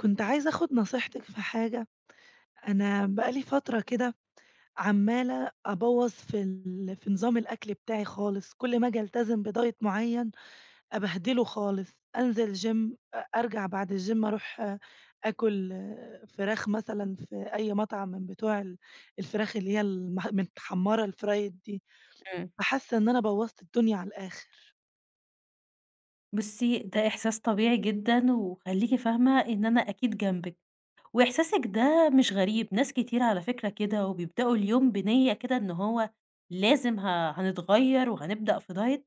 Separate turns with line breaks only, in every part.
كنت عايزة آخد نصيحتِك في حاجة، أنا بقى لي فترة كده عمّالة أبوّظ في نظام الأكل بتاعي خالص، كل ما آجي ألتزم بdiet معيّن أبهدله خالص، أنزل gym أرجع بعد الgym أروح آكل فراخ مثلًا في أي مطعم من بتوع الفراخ اللي هي متحمّرة الfried دي،
إمم.
فحاسة إن أنا بوّظت الدنيا على الآخر.
بُصّي، ده إحساس طبيعي جدًا، وخلّيكِ فاهمة إن أنا أكيد جنبِك، وإحساسِك ده مش غريب، ناس كتير على فكرة كده، وبيبدأوا اليوم بنية كده إن هو لازم هنتغيّر وهنبدأ في diet،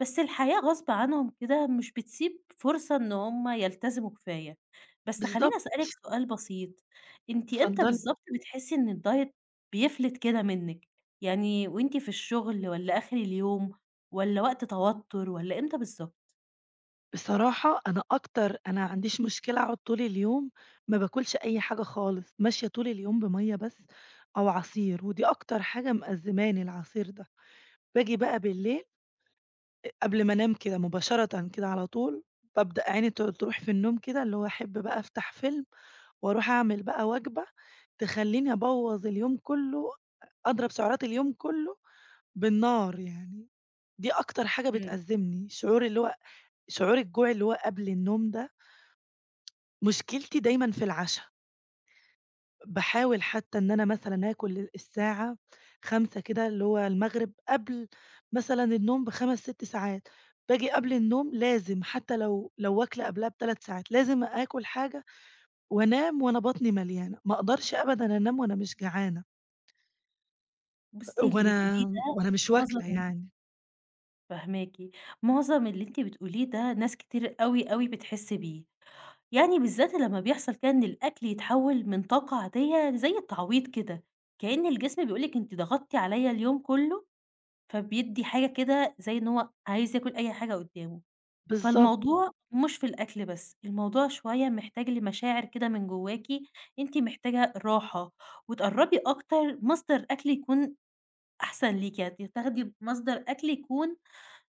بس الحياة غصب عنهم كده مش بتسيب فرصة إن هم يلتزموا كفاية. بس
بالضبط،
خلّيني أسألِك سؤال بسيط، أنتِ إمتى
اتفضلي.
بالضبط بتحسي إن الdiet بيفلت كده منِّك؟ يعني وأنتِ في الشغل والّا آخر اليوم والّا وقت توتر والّا إمتى بالضبط؟
بصراحة أنا عنديش مشكلة أقعد طول اليوم ما باكلش أي حاجة خالص، ماشية طول اليوم بمَيّة بس أو عصير، ودي أكتر حاجة مأزّماني العصير ده، باجي بقى بالليل قبل ما أنام كده مباشرةً كده على طول، بابدأ عيني تروح في النوم كده، اللي هو أحب بقى أفتح فيلم وأروح أعمل بقى وجبة تخلّيني أبوّظ اليوم كلّه، أضرب سعرات اليوم كلّه بالنار يعني، دي أكتر حاجة بتأزّمني، شعور اللي هو شعور الجوع اللي هو قبل النوم ده مشكلتي دايمًا في العشا، باحاول حتى إن أنا مثلًا آكل الساعة 17:00 كده اللي هو المغرب قبل مثلًا النوم ب5، 6 ساعات، باجي قبل النوم لازم حتى لو واكلة قبلها ب3 ساعات، لازم آكل حاجة وأنام وأنا بطني مليانة، ما أقدرش أبدًا أنام وأنا مش جعانة،
بُصّي، اللي
وأنا
بتقوليه ده
وأنا مش
معظم
واكلة
الناس
يعني،
فاهماكِ، معظم اللي أنتِ بتقوليه ده ناس كتير أوي، أوي بتحس بيه، يعني بالذات لمّا بيحصل كده إن الأكل يتحوّل من طاقة عادية زي التعويض كده، كأن الجسم بيقول لِك أنتِ ضغطتِ عليَّ اليوم كلّه، فبيدّي حاجة كده زي إن هو عايز ياكل أي حاجة قدّامه،
بالضبط،
فالموضوع مش في الأكل بس، الموضوع شوية محتاج لمشاعر كده من جوّاكِ، أنتِ محتاجة راحة، وتقرّبي أكتر مصدر أكل يكون أحسن ليكِ تاخدي مصدر أكل يكون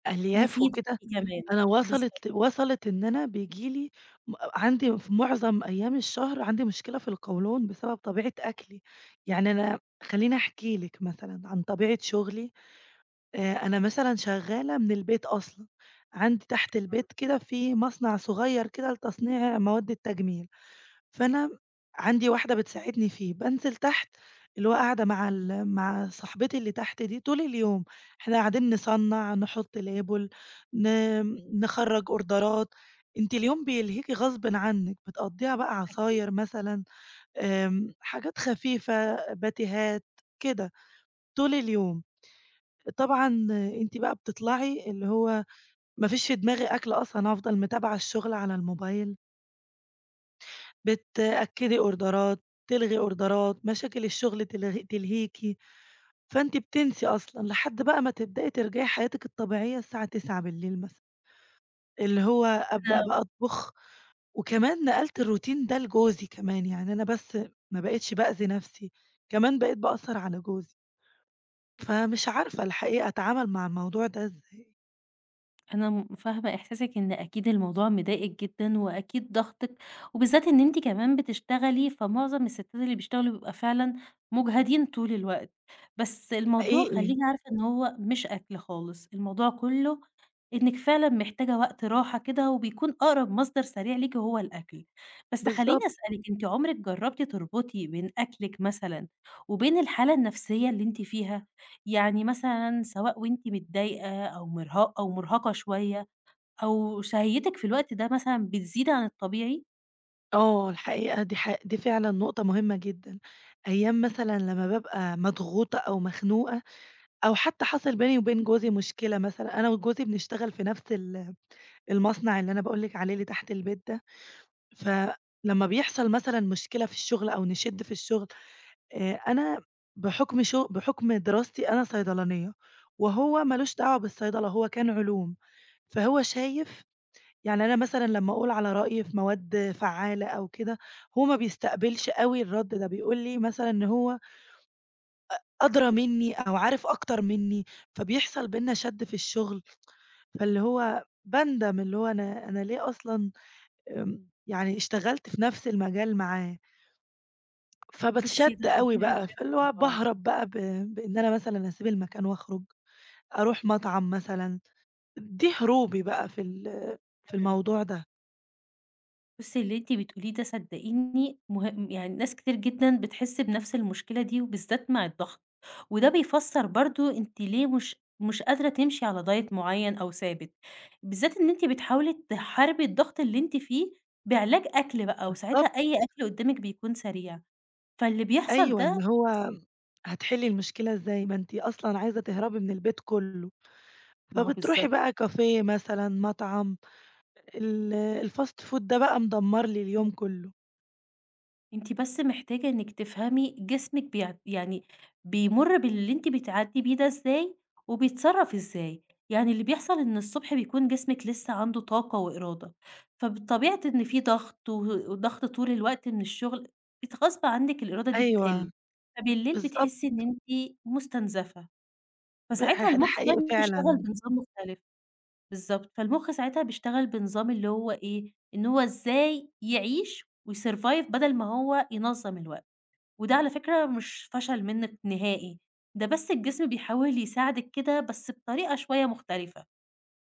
ألياف
مفيد
وكده
ليكِ كمان.
أنا
بالضبط.
وصلت إن أنا بييجي لي عندي في معظم أيام الشهر عندي مشكلة في القولون بسبب طبيعة أكلي، يعني أنا خلّيني أحكي لِك مثلًا عن طبيعة شغلي، أنا مثلًا شغّالة من البيت أصلًا، عندي تحت البيت كده في مصنع صغير كده لتصنيع مواد التجميل. فأنا عندي واحدة بتساعدني فيه، بانزل تحت اللي هو قاعدة مع صاحبتي اللي تحت دي طول اليوم، إحنا قاعدين نصنّع، نحط label ن نخرّج أوردرات، أنتِ اليوم بيلهيكِ غصبٍ عنِّك، بتقضّيها بقى عصاير مثلًا، حاجات خفيفة، باتيهات، كده طول اليوم. طبعًا أنتِ بقى بتطلعي اللي هو ما فيش في دماغي أكل أصلًا، هافضل متابعة الشغل على الموبايل. بتأكّدي أوردرات، تلغي أوردرات، مشاكل الشغل تلهيكِ، فأنتِ بتنسي أصلًا لحد بقى ما تبدئي ترجعي حياتِك الطبيعية الساعة 21:00 مثلًا، اللي هو أبدأ
أنا
بقى أطبخ وكمان نقلت الروتين ده لجوزي كمان، يعني أنا بس ما بقيتش بأذي نَفْسي، كمان بقيت باأثّر على جوزي، فمش عارفة الحقيقة أتعامل مع الموضوع ده إزاي؟
أنا فاهمة إحساسِك إن أكيد الموضوع مضايقِك جدًا، وأكيد ضاغطِك، وبالذات إن أنتِ كمان بتشتغلي، فمعظم الستات اللي بيشتغلوا بيبقى فعلًا مُجهدين طول الوقت. بس الموضوع
حقيقي،
خلّيني عارفة إن هو مش أكل خالص، الموضوع كلّه إنِّك فعلًا محتاجة وقت راحة كده، وبيكون أقرب مصدر سريع ليكِ هو الأكل. بس
بالضبط،
خلّيني أسألِك، أنتِ عمرِك جرّبتِ تربطي بين أكلِك مثلًا وبين الحالة النفسية اللي أنتِ فيها؟ يعني مثلًا سواء وأنتِ متضايقة أو مرها أو مرهقة شوية أو شهيتِك في الوقت ده مثلًا بتزيد عن الطبيعي،
آه، الحقيقة دي دي فعلًا نقطة مهمة جدًا، أيام مثلًا لمّا بابقى مضغوطة أو مخنوقة أو حتى حصل بيني وبين جوزي مشكلة مثلًا، أنا وجوزي بنشتغل في نفس المصنع اللي أنا باقول لِك عليه اللي تحت البيت ده، فلمّا بيحصل مثلًا مشكلة في الشغل أو نشِد في الشغل، أنا بحُكم دراستي أنا صيدلانية، وهو ما لوش دعوة بالصيدلة، هو كان علوم، فهو شايف يعني أنا مثلًا لمّا أقول على رأيي في مواد فعّالة أو كده، هو ما بيستقبلش أوي الرَد ده، بيقول لي مثلًا إن هو أدرى منّي أو عارف أكتر منّي، فبيحصل بيننا شَد في الشغل. فاللي هو باندم اللي هو أنا ليه أصلًا يعني اشتغلت في نفس المجال معاه،
بُصّي
فباتشد
ده
أوي
طبيعي
بقى،
عشان
فاللي
إنتم مع
هو
بعض.
باهرب بقى بإن أنا مثلًا أسيب المكان وأخرج، أروح مطعم مثلًا، دي هروبي بقى في
إمم.
الموضوع ده.
بُصّي اللي أنتِ بتقوليه ده صدقيني مهم، يعني ناس كتير جدًا بتحس بنفس المشكلة دي وبالذات مع الضغط، وده بيفسّر برضه أنتِ ليه مش قادرة تمشي على diet معيّن أو ثابت، بالذات إن أنتِ بتحاولي تحاربي الضغط اللي أنتِ فيه بعلاج أكل بقى، وساعتها
بالضبط،
أي أكل قدّامِك بيكون سريع، فاللي بيحصل
أيوه،
ده
اللي هو هتحلّي المشكلة إزاي؟ ما أنتِ أصلًا عايزة تهربي من البيت كلّه،
ما هو
فبتروحي
بالضبط،
بقى كافيه مثلًا، مطعم، ال الfast food ده بقى مدمّر لي اليوم كلّه.
أنتِ بس محتاجة إنِّك تفهمي جسمِك يعني بيمُر باللي أنتِ بتعدّي بيه ده إزاي، وبيتصرّف إزاي، يعني اللي بيحصل إن الصبح بيكون جسمِك لسه عنده طاقة وإرادة، فبالطبيعة إن في ضغط وضغط طول الوقت من الشغل، غصب عنِّك الإرادة دي
أيوه،
بتقِل، فبالليل
بالضبط.
بتحسّي إن أنتِ مُستنزفة،
ب
فساعتها
ح ده
المُخ ده
حقيقي
بيشتغل
فعلًا،
بنظام مختلف. بالضبط، فالمُخ ساعتها بيشتغل بنظام اللي هو إيه، إن هو إزاي يعيش ويsurvive بدل ما هو ينظّم الوقت، وده على فكرة مش فشل منِّك نهائي، ده بس الجسم بيحاول يساعدِك كده بس بطريقة شوية مختلفة،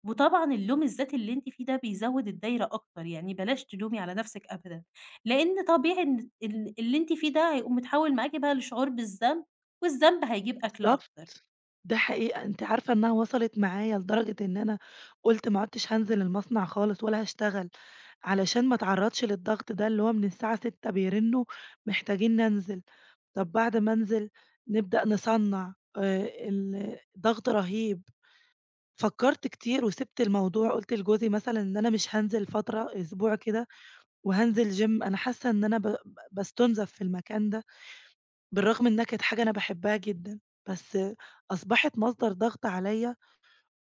وطبعًا اللوم الذاتي اللي أنتِ فيه ده بيزوّد الدايرة أكتر، يعني بلاش تلومي على نَفْسِك أبدًا، لإن طبيعي إن اللي أنتِ فيه ده هيقوم متحوّل معاكِ بقى لشعور بالذنب، والذنب هيجيب أكل
بالضبط،
أكتر.
ده حقيقة، أنتِ عارفة إنها وصلت معايا لدرجة إن أنا قُلت ما عُدتش هانزل المصنع خالص ولا هاشتغل، علشان ما اتعرّضش للضغط ده اللي هو من الساعة 18:00 بيرنّوا محتاجين ننزل، طب بعد ما أنزل نبدأ نصنّع ضغط رهيب، فكّرت كتير وسِبت الموضوع، قُلت لجوزي مثلًا إن أنا مش هانزل فترة أسبوع كده وهانزل gym أنا حاسة إن أنا ب ب باستُنزف في المكان ده. بالرغم إنها كانت حاجة أنا باحبها جدًا، بس أصبحت مصدر ضغط عليّا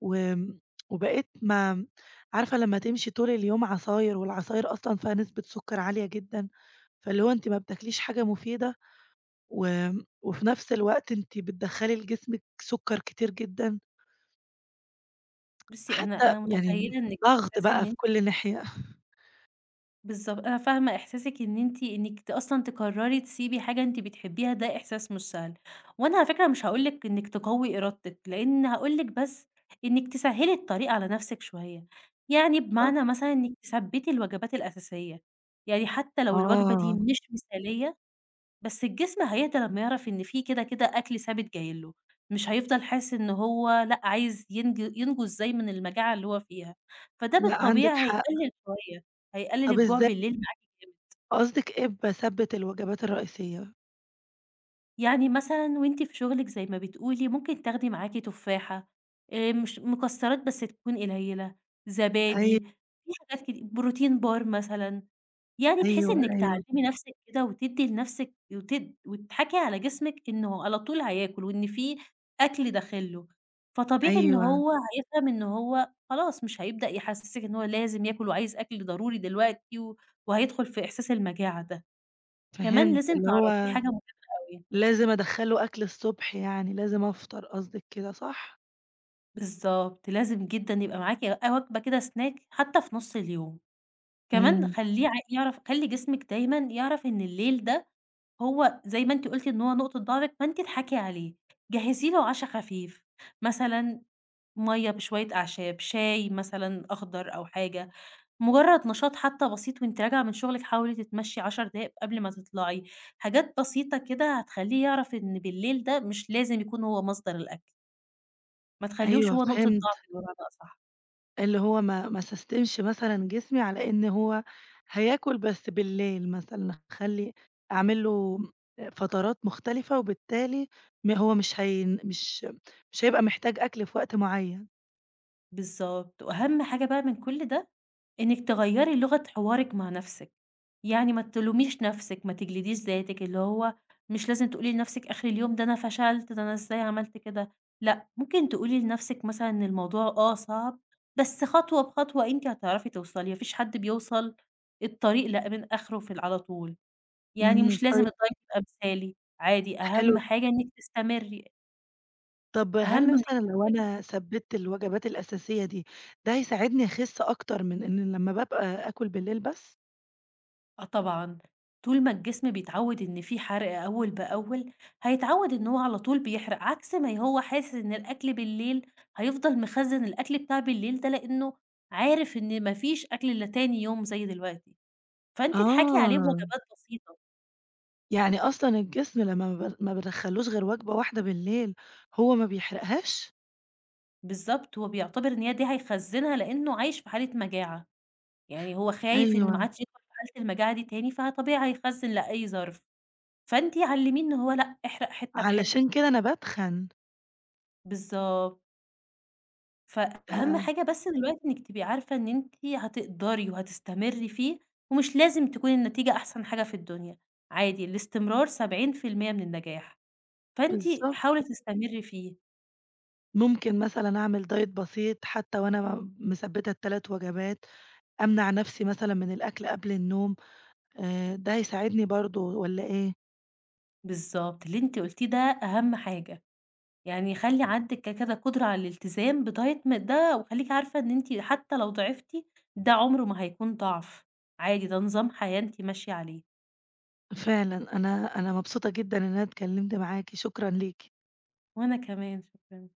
وآمم، وبقيت ما عارفة لمّا تمشي طول اليوم عصاير والعصاير أصلًا فيها نسبة سُكّر عالية جدًا، فاللي هو أنتِ ما بتاكليش حاجة مفيدة وفي نفس الوقت أنتِ بتدخّلي لجسمِك سُكّر كتير جدًا،
بُصّي أنا
حتى
أنا
يعني
متخيّلة إنِّك
ضغط
إحساس
بقى في
إن
كل ناحية.
بالضبط، أنا فاهمة إحساسِك إن أنتِ إنِّك أصلًا تقرّري تسيبي حاجة أنتِ بتحبيها ده إحساس مش سهل، وأنا على فكرة مش هاقول لِك إنِّك تقوّي إرادتِك، لإن هاقول لِك بس إنِّك تسهّلي الطريق على نَفْسِك شوية، يعني
طب
بمعنى مثلًا إنِّك تثبّتي الوجبات الأساسية، يعني حتى لو الوجبة دي
آه،
مش مثالية بس الجسم هيهدى لمّا يعرف إن في كده، كده أكل ثابت جاي له، مش هيفضل حاسس إن هو لأ، عايز ينجو إزاي من المجاعة اللي هو فيها، فده
لأ عندِك
بالطبيعي
حق.
هيقلل شوية، هيقلل
طب
الجوع
إزاي
بالليل معاكِ جامد.
قصدِك إيه بثبّت الوجبات الرئيسية؟
يعني مثلًا وأنتِ في شغلِك زي ما بتقولي، ممكن تاخدي معاكِ تفاحة، مش مكسرات بس تكون قليّلة،
أي
زبادي، في حاجات كده بروتين بار مثلًا، يعني بحيث
أيوه،
إنِّك
أيوه،
تعلّمي نَفْسِك كده وتدّي لنَفْسِك وتضحكي على جسمِك إنه على طول هياكل وإن في أكل داخل له، فطبيعي إن
أيوه.
هو هيفهم إن هو خلاص مش هيبدأ يحسّسِك إن هو لازم ياكل وعايز أكل ضروري دلوقتي وهيدخل في إحساس المجاعة ده، كمان
فهمت،
لازم
اللي هو
تعرّفيه حاجة مهمة أوي.
لازم أدخّل له أكل الصبح يعني، لازم أفطر قصدِك كده صح؟
بالضبط، لازم جدًا يبقى معاكِ وجبة كده snack حتى في نُص اليوم، كمان
إمم،
خلّيه يعرف خلّي جسمِك دايمًا يعرف إن الليل ده هو زي ما أنتِ قُلتِ إن هو نقطة ضعفِك فأنتِ اضحكي عليه، جهّزي له عشا خفيف، مثلًا مَيّة بشوية أعشاب، شاي مثلًا أخضر أو حاجة، مجرّد نشاط حتى بسيط وأنتِ راجعة من شغلِك حاولي تتمشّي 10 دقايق قبل ما تطلعي، حاجات بسيطة كده هتخلّيه يعرف إن بالليل ده مش لازم يكون هو مصدر الأكل. ما تخلّيهوش
أيوه
هو نقطة
فهمت،
ضعف بمعنى أصح.
اللي هو ما أسستمش مثلًا جسمي على إن هو هياكل بس بالليل مثلًا، أخلّي أعمل له فترات مختلفة، وبالتالي م هو مش هين مش مش هيبقى محتاج أكل في وقت معين.
بالضبط، وأهم حاجة بقى من كل ده، إنِّك تغيّري لغة حوارِك مع نَفْسِك، يعني ما تلوميش نَفْسِك، ما تجلديش ذاتِك، اللي هو مش لازم تقولي لنَفْسِك آخر اليوم ده أنا فشلت، ده أنا إزاي عملت كده، لأ، ممكن تقولي لنَفْسِك مثلًا إن الموضوع آه صعب، بس خطوة بخطوة أنتِ هتعرفي توصلي، ما فيش حد بيوصل الطريق لأ من آخره في على طول، يعني
إمم،
مش لازم
طيب
الدايت يبقى مثالي، عادي
حلو،
أهم حاجة إنِّك تستمري،
طب
أهم
هل
من
مثلًا لو أنا ثبّتت الوجبات الأساسية دي، ده هيساعدني أخس أكتر من إن لمّا بابقى آكل بالليل بس؟
آه طبعًا، طول ما الجسم بيتعوّد إن في حرق أول بأول، هيتعوّد إن هو على طول بيحرق، عكس ما هو حاسس إن الأكل بالليل هيفضل مخزّن الأكل بتاع بالليل ده، لإنه عارف إن ما فيش أكل إلا تاني يوم زي دلوقتي، فأنتِ اضحكي عليه
آه،
بوجبات بسيطة.
يعني أصلًا الجسم لمّا ما بندخّلوش غير وجبة واحدة بالليل هو ما بيحرقهاش؟
بالضبط، هو بيعتبر إن هي دي هيخزّنها لإنه عايش في حالة مجاعة، يعني هو خايف إن ما
أيوه،
عادش يدخل في حالة المجاعة دي تاني، فطبيعي هيخزّن لأي ظرف، فأنتِ علّميه إن هو لأ، احرق حتّة
علشان
بحتّة.
كده أنا باتخن،
بالضبط.
آآ
فأهم حاجة بس دلوقتي إنِّك تبقي عارفة إن أنتِ هتقدري وهتستمري فيه، ومش لازم تكون النتيجة أحسن حاجة في الدنيا، عادي الاستمرار 70% من النجاح، فأنتِ
بالضبط،
حاولي تستمري فيه.
ممكن مثلًا أعمل diet بسيط حتى وأنا مثبّتة ال3 وجبات، أمنع نفسي مثلًا من الأكل قبل النوم، ده هيساعدني برضه والّا إيه؟
بالضبط، اللي أنتِ قُلتيه ده أهم حاجة، يعني خلّي عندِك كده قدرة على الالتزام بdiet ده وخلّيكِ عارفة إن أنتِ حتى لو ضعفتِ ده عمره ما هيكون ضعف، عادي ده نظام حياة أنتِ ماشية عليه.
فعلًا أنا مبسوطة جدًا إن أنا اتكلمت معاكِ، شكرًا ليكِ.
وأنا كمان، شكرًا.